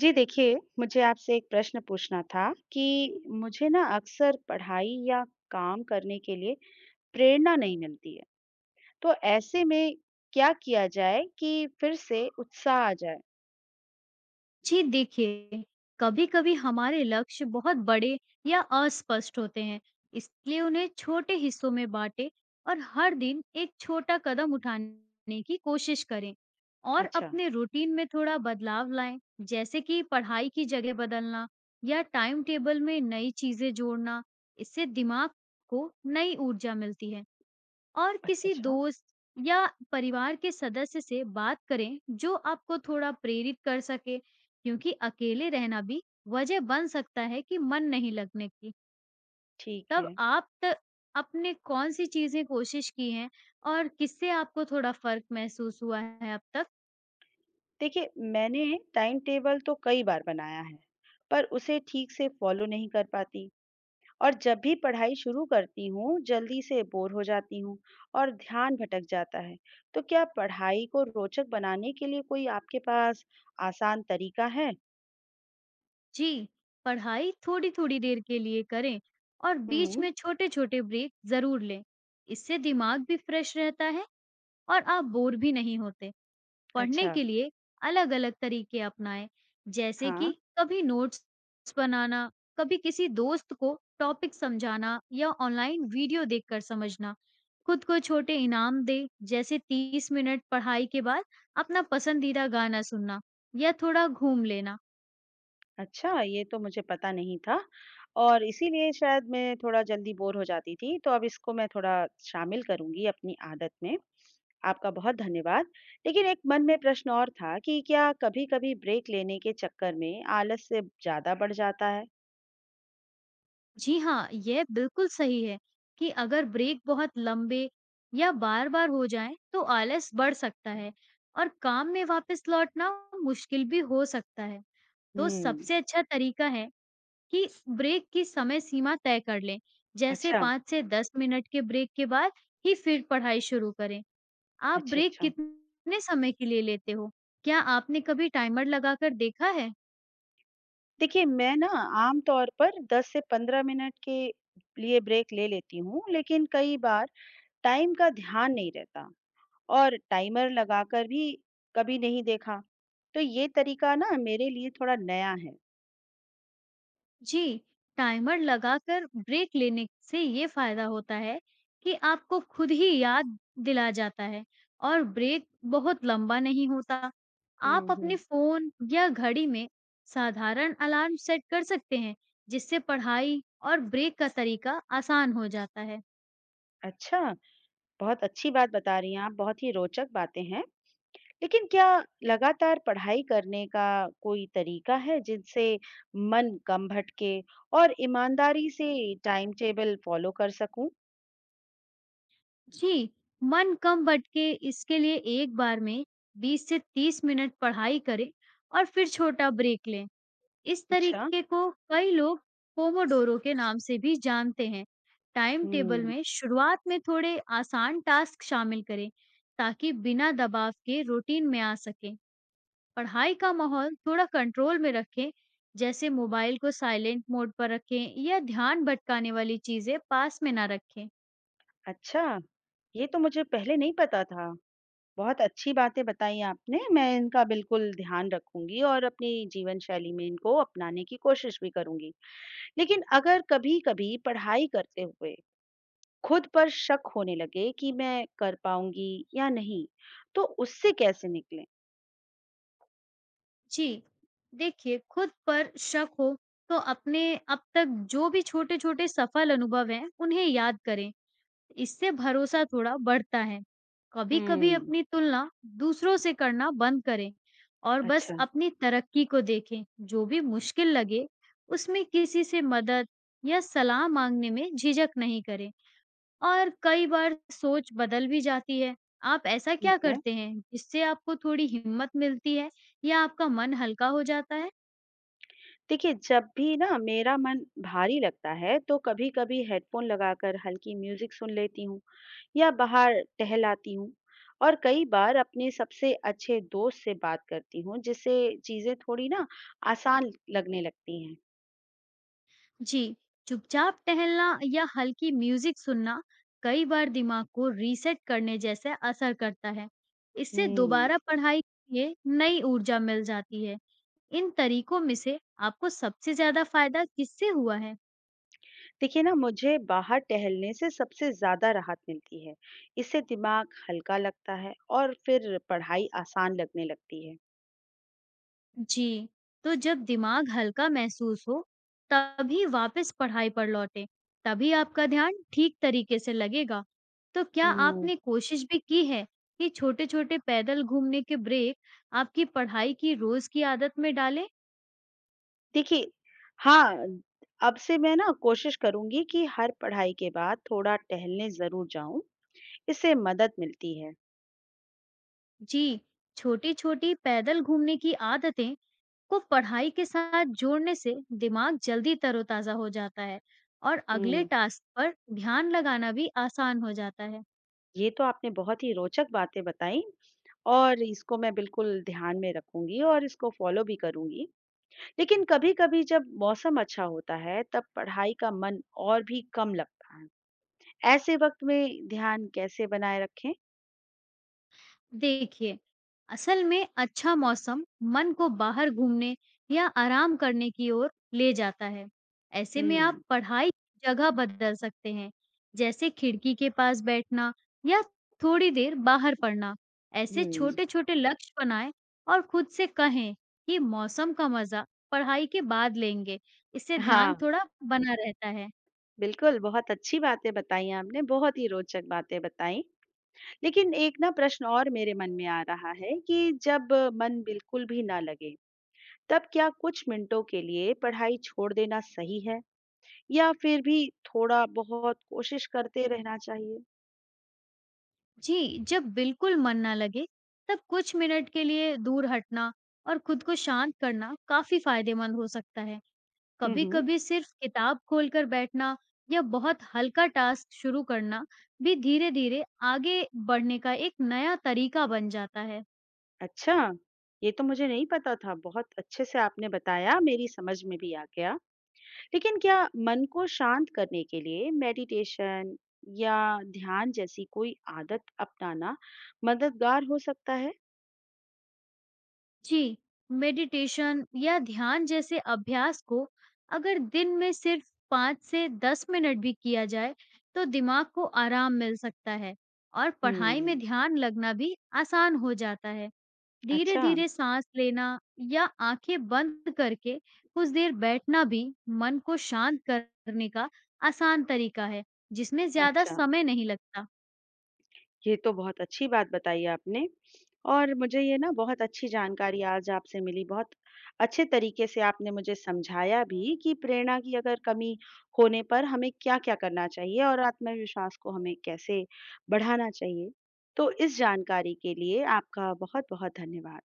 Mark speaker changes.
Speaker 1: जी देखिए, मुझे आपसे एक प्रश्न पूछना था कि मुझे ना अक्सर पढ़ाई या काम करने के लिए प्रेरणा नहीं मिलती है। तो ऐसे में क्या किया जाए कि फिर से उत्साह आ जाए?
Speaker 2: जी देखिए, कभी-कभी हमारे लक्ष्य बहुत बड़े या अस्पष्ट होते हैं, इसलिए उन्हें छोटे हिस्सों में बांटें और हर दिन एक छोटा कदम उठाने की कोशिश करें और
Speaker 1: अच्छा,
Speaker 2: अपने रूटीन में थोड़ा बदलाव लाएं, जैसे कि पढ़ाई की जगह बदलना या टाइम टेबल में नई चीजें जोड़ना। इससे दिमाग को नई ऊर्जा मिलती है और
Speaker 1: अच्छा,
Speaker 2: किसी
Speaker 1: अच्छा,
Speaker 2: दोस्त या परिवार के सदस्य से बात करें जो आपको थोड़ा प्रेरित कर सके क्योंकि अकेले रहना भी वजह बन सकता है कि मन नहीं लगने की।
Speaker 1: ठीक
Speaker 2: तब
Speaker 1: है।
Speaker 2: आप त, आपने कौन सी चीजें कोशिश की हैं और किससे आपको थोड़ा फर्क महसूस हुआ है अब तक।
Speaker 1: देखिए, मैंने टाइम टेबल तो कई बार बनाया है, पर उसे ठीक से फॉलो नहीं कर पाती। और जब भी पढ़ाई शुरू करती हूँ, जल्दी से बोर हो जाती हूँ और ध्यान भटक जाता है। तो क्या पढ़ाई को रोचक बनाने के लिए कोई आपके पास आसान तरीका है?
Speaker 2: जी, पढ़ाई थोड़ी-थोड़ी देर के लिए करें और बीच
Speaker 1: हुँ,
Speaker 2: में छोटे-छोटे ब्रेक जरूर लें। इससे दिमाग भी फ्रेश रहता है और आप बोर भी नहीं होते पढ़ने
Speaker 1: अच्छा।
Speaker 2: के लिए। अलग-अलग तरीके अपनाएँ, जैसे
Speaker 1: हाँ,
Speaker 2: कि कभी नोट्स बनाना, कभी किसी दोस्त को टॉपिक समझाना या ऑनलाइन वीडियो देखकर समझना। खुद को छोटे इनाम दें, जैसे 30 मिनट पढ़ाई के बाद अपना पसंदीदा गाना सुनना या थोड़ा घूम लेना।
Speaker 1: अच्छा ये तो मुझे पता नहीं था और इसीलिए शायद मैं थोड़ा जल्दी बोर हो जाती थी, तो अब इसको मैं थोड़ा शामिल करूँगी अपनी आदत में। आपका बहुत धन्यवाद। लेकिन एक मन में प्रश्न और था कि क्या कभी-कभी ब्रेक लेने के चक्कर में आलस से ज़्यादा बढ़ जाता है?
Speaker 2: जी हाँ, यह बिल्कुल सही है कि अगर ब्रेक बहुत लंबे या बार-बार हो जाएँ, तो आलस बढ़ सकता है और काम में वापस लौटना मुश्किल भी हो सकता है। तो
Speaker 1: हुँ।
Speaker 2: सबसे अच्छा तरीका है कि ब्रेक की समय सीमा तय कर लें। जैसे
Speaker 1: अच्छा,
Speaker 2: 5 से 10 मिनट के ब्रेक के बाद ही फिर पढ़ाई शुरू करें। आप
Speaker 1: अच्छा,
Speaker 2: ब्रेक
Speaker 1: अच्छा।
Speaker 2: कितने समय के लिए लेते हो? क्या आपने कभी टाइमर लगाकर देखा है?
Speaker 1: देखिए, मैं ना आम तौर पर 10 से 15 मिनट के लिए ब्रेक ले लेती हूँ, लेकिन कई बार टाइम का ध्यान नहीं रहता और टाइमर लगाकर भी कभी नहीं देखा। तो ये तरीका ना मेरे लिए थोड़ा नया है।
Speaker 2: जी, टाइमर लगाकर ब्रेक लेने से ये फ़ायदा होता है कि आपको खुद ही याद दिला जाता है और ब्रेक बहुत लंबा नहीं होता। आप
Speaker 1: हुँ,
Speaker 2: अपने
Speaker 1: हुँ।
Speaker 2: फ़ोन या घड़ी में साधारण अलार्म सेट कर सकते हैं, जिससे पढ़ाई और ब्रेक का तरीका आसान हो जाता है।
Speaker 1: अच्छा, बहुत अच्छी बात बता रही हैं आप, बहुत ही रोचक बातें हैं। लेकिन क्या लगातार पढ़ाई करने का कोई तरीका है जिनसे मन कम भटके और ईमानदारी से टाइम टेबल फ़ॉलो कर सकूँ?
Speaker 2: जी, मन कम भटके इसके लिए एक बार में 20 से 30 मिनट पढ़ाई करें और फिर छोटा ब्रेक लें। इस
Speaker 1: अच्छा,
Speaker 2: तरीके को कई लोग पोमोडोरो के नाम से भी जानते हैं। टाइम टेबल
Speaker 1: हुँ।
Speaker 2: में शुरुआत में थोड़े आसान टास्क शामिल करें ताकि बिना दबाव के रूटीन में आ सकें। पढ़ाई का माहौल थोड़ा कंट्रोल में रखें, जैसे मोबाइल को साइलेंट मोड पर रखें या ध्यान भटकाने वाली चीजें पास में ना रखें।
Speaker 1: अच्छा, ये तो मुझे पहले नहीं पता था। बहुत अच्छी बातें बताई आपने, मैं इनका बिल्कुल ध्यान रखूँगी और अपनी जीवन शैली में इनको अपनाने की कोशिश भी करूँगी। लेकिन अगर कभी-कभी पढ़ाई करते हुए खुद पर शक होने लगे कि मैं कर पाऊँगी या नहीं, तो उससे कैसे निकलें?
Speaker 2: जी, देखिए खुद पर शक हो तो अपने अब तक जो भी छोटे-छोटे सफल अनुभव हैं, उन्हें याद करें। इससे भरोसा थोड़ा बढ़ता है। कभी-कभी
Speaker 1: हुँ,
Speaker 2: अपनी तुलना दूसरों से करना बंद करें और बस
Speaker 1: अच्छा,
Speaker 2: अपनी तरक्की को देखें। जो भी मुश्किल लगे, उसमें किसी से मदद या सलाह मांगने में झिझक नहीं करें और कई बार सोच बदल भी जाती है। आप ऐसा
Speaker 1: ठीक
Speaker 2: क्या
Speaker 1: है।
Speaker 2: करते हैं जिससे आपको थोड़ी हिम्मत मिलती है या आपका मन हल्का हो जाता है?
Speaker 1: देखिए, जब भी ना मेरा मन भारी लगता है, तो कभी-कभी हेडफ़ोन लगाकर हल्की म्यूज़िक सुन लेती हूँ। या बाहर टहलाती हूँ और कई बार अपने सबसे अच्छे दोस्त से बात करती हूँ जिससे चीजें थोड़ी ना आसान लगने लगती हैं।
Speaker 2: जी, चुपचाप टहलना या हल्की म्यूजिक सुनना कई बार दिमाग को रीसेट करने जैसा असर करता है। इससे
Speaker 1: हम्म।
Speaker 2: दोबारा पढ़ाई के लिए नई ऊर्जा मिल जाती है। इन तरीकों में से आपको सबसे ज्यादा फायदा किससे हुआ है?
Speaker 1: देखिए ना, मुझे बाहर टहलने से सबसे ज्यादा राहत मिलती है। इससे दिमाग हल्का लगता है और फिर पढ़ाई आसान लगने लगती है।
Speaker 2: जी, तो जब दिमाग हल्का महसूस हो, तभी वापस पढ़ाई पर लौटें, तभी आपका ध्यान ठीक तरीके से लगेगा। तो क्या
Speaker 1: हम्म।
Speaker 2: आपने कोशिश भी की है कि छोटे-छोटे पैदल घूमने के ब्रेक आपकी पढ़ाई की रोज की आदत में डालें?
Speaker 1: देखिए, हाँ, अब से मैं ना कोशिश करूंगी कि हर पढ़ाई के बाद थोड़ा टहलने जरूर जाऊं। इससे मदद मिलती है।
Speaker 2: जी, छोटी-छोटी पैदल घूमने की आदतें को पढ़ाई के साथ जोड़ने से दिमाग जल्दी तरोताजा हो जाता है और अगले
Speaker 1: हम्म।
Speaker 2: टास्क पर ध्यान लगाना भी आसान हो जाता है।
Speaker 1: ये तो आपने बहुत ही रोचक बातें बताई और इसको मैं बिल्कुल ध्यान में रखूंगी और इसको फॉलो भी करूंगी। लेकिन कभी-कभी जब मौसम अच्छा होता है, तब पढ़ाई का मन और भी कम लगता है। ऐसे वक्त में ध्यान कैसे बनाए रखें?
Speaker 2: देखिए, असल में अच्छा मौसम मन को बाहर घूमने या आराम करने की ओर ले जाता है। ऐसे में
Speaker 1: हम्म।
Speaker 2: आप पढ़ाई की जगह बदल सकते हैं, जैसे खिड़की के पास बैठना या थोड़ी देर बाहर पढ़ना। ऐसे
Speaker 1: हम्म,
Speaker 2: छोटे-छोटे लक्ष्य बनाएं और खुद से कहें कि मौसम का मजा पढ़ाई के बाद लेंगे। इससे
Speaker 1: हाँ,
Speaker 2: ध्यान थोड़ा बना रहता है।
Speaker 1: बिल्कुल बहुत अच्छी बातें बताई आपने, बहुत ही रोचक बातें बताई। लेकिन एक ना प्रश्न और मेरे मन में आ रहा है कि जब मन बिल्कुल भी ना लगे, तब क्या कुछ मिनटों के लिए पढ़ाई छोड़ देना सही है? या फिर भी थोड़ा-बहुत कोशिश करते रहना चाहिए?
Speaker 2: जी, जब बिल्कुल मन ना लगे, तब कुछ मिनट के लिए दूर हटना और खुद को शांत करना काफ़ी फ़ायदेमंद हो सकता है।
Speaker 1: हुँ, हुँ।
Speaker 2: कभी-कभी सिर्फ किताब खोलकर बैठना या बहुत हल्का टास्क शुरू करना भी धीरे-धीरे आगे बढ़ने का एक नया तरीका बन जाता है।
Speaker 1: अच्छा, ये तो मुझे नहीं पता था। बहुत अच्छे से आपने बताया, मेरी समझ में भी आ गया। लेकिन क्या मन को शांत करने के लिए मेडिटेशन या ध्यान जैसी कोई आदत अपनाना मददगार हो सकता है?
Speaker 2: जी, मेडिटेशन या ध्यान जैसे अभ्यास को अगर दिन में सिर्फ 5 से 10 मिनट भी किया जाए, तो दिमाग को आराम मिल सकता है और पढ़ाई
Speaker 1: हुँ,
Speaker 2: में ध्यान लगना भी आसान हो जाता है।
Speaker 1: अच्छा,
Speaker 2: धीरे-धीरे साँस लेना या आँखें बंद करके कुछ देर बैठना भी मन को शांत करने का आसान तरीका है, जिसमें ज़्यादा
Speaker 1: अच्छा।
Speaker 2: समय नहीं लगता।
Speaker 1: ये तो बहुत अच्छी बात बताई आपने और मुझे ये ना बहुत अच्छी जानकारी आज आपसे मिली। बहुत अच्छे तरीके से आपने मुझे समझाया भी कि प्रेरणा की अगर कमी होने पर हमें क्या-क्या करना चाहिए और आत्मविश्वास को हमें कैसे बढ़ाना चाहिए। तो इस जानकारी के लिए आपका बहुत-बहुत धन्यवाद।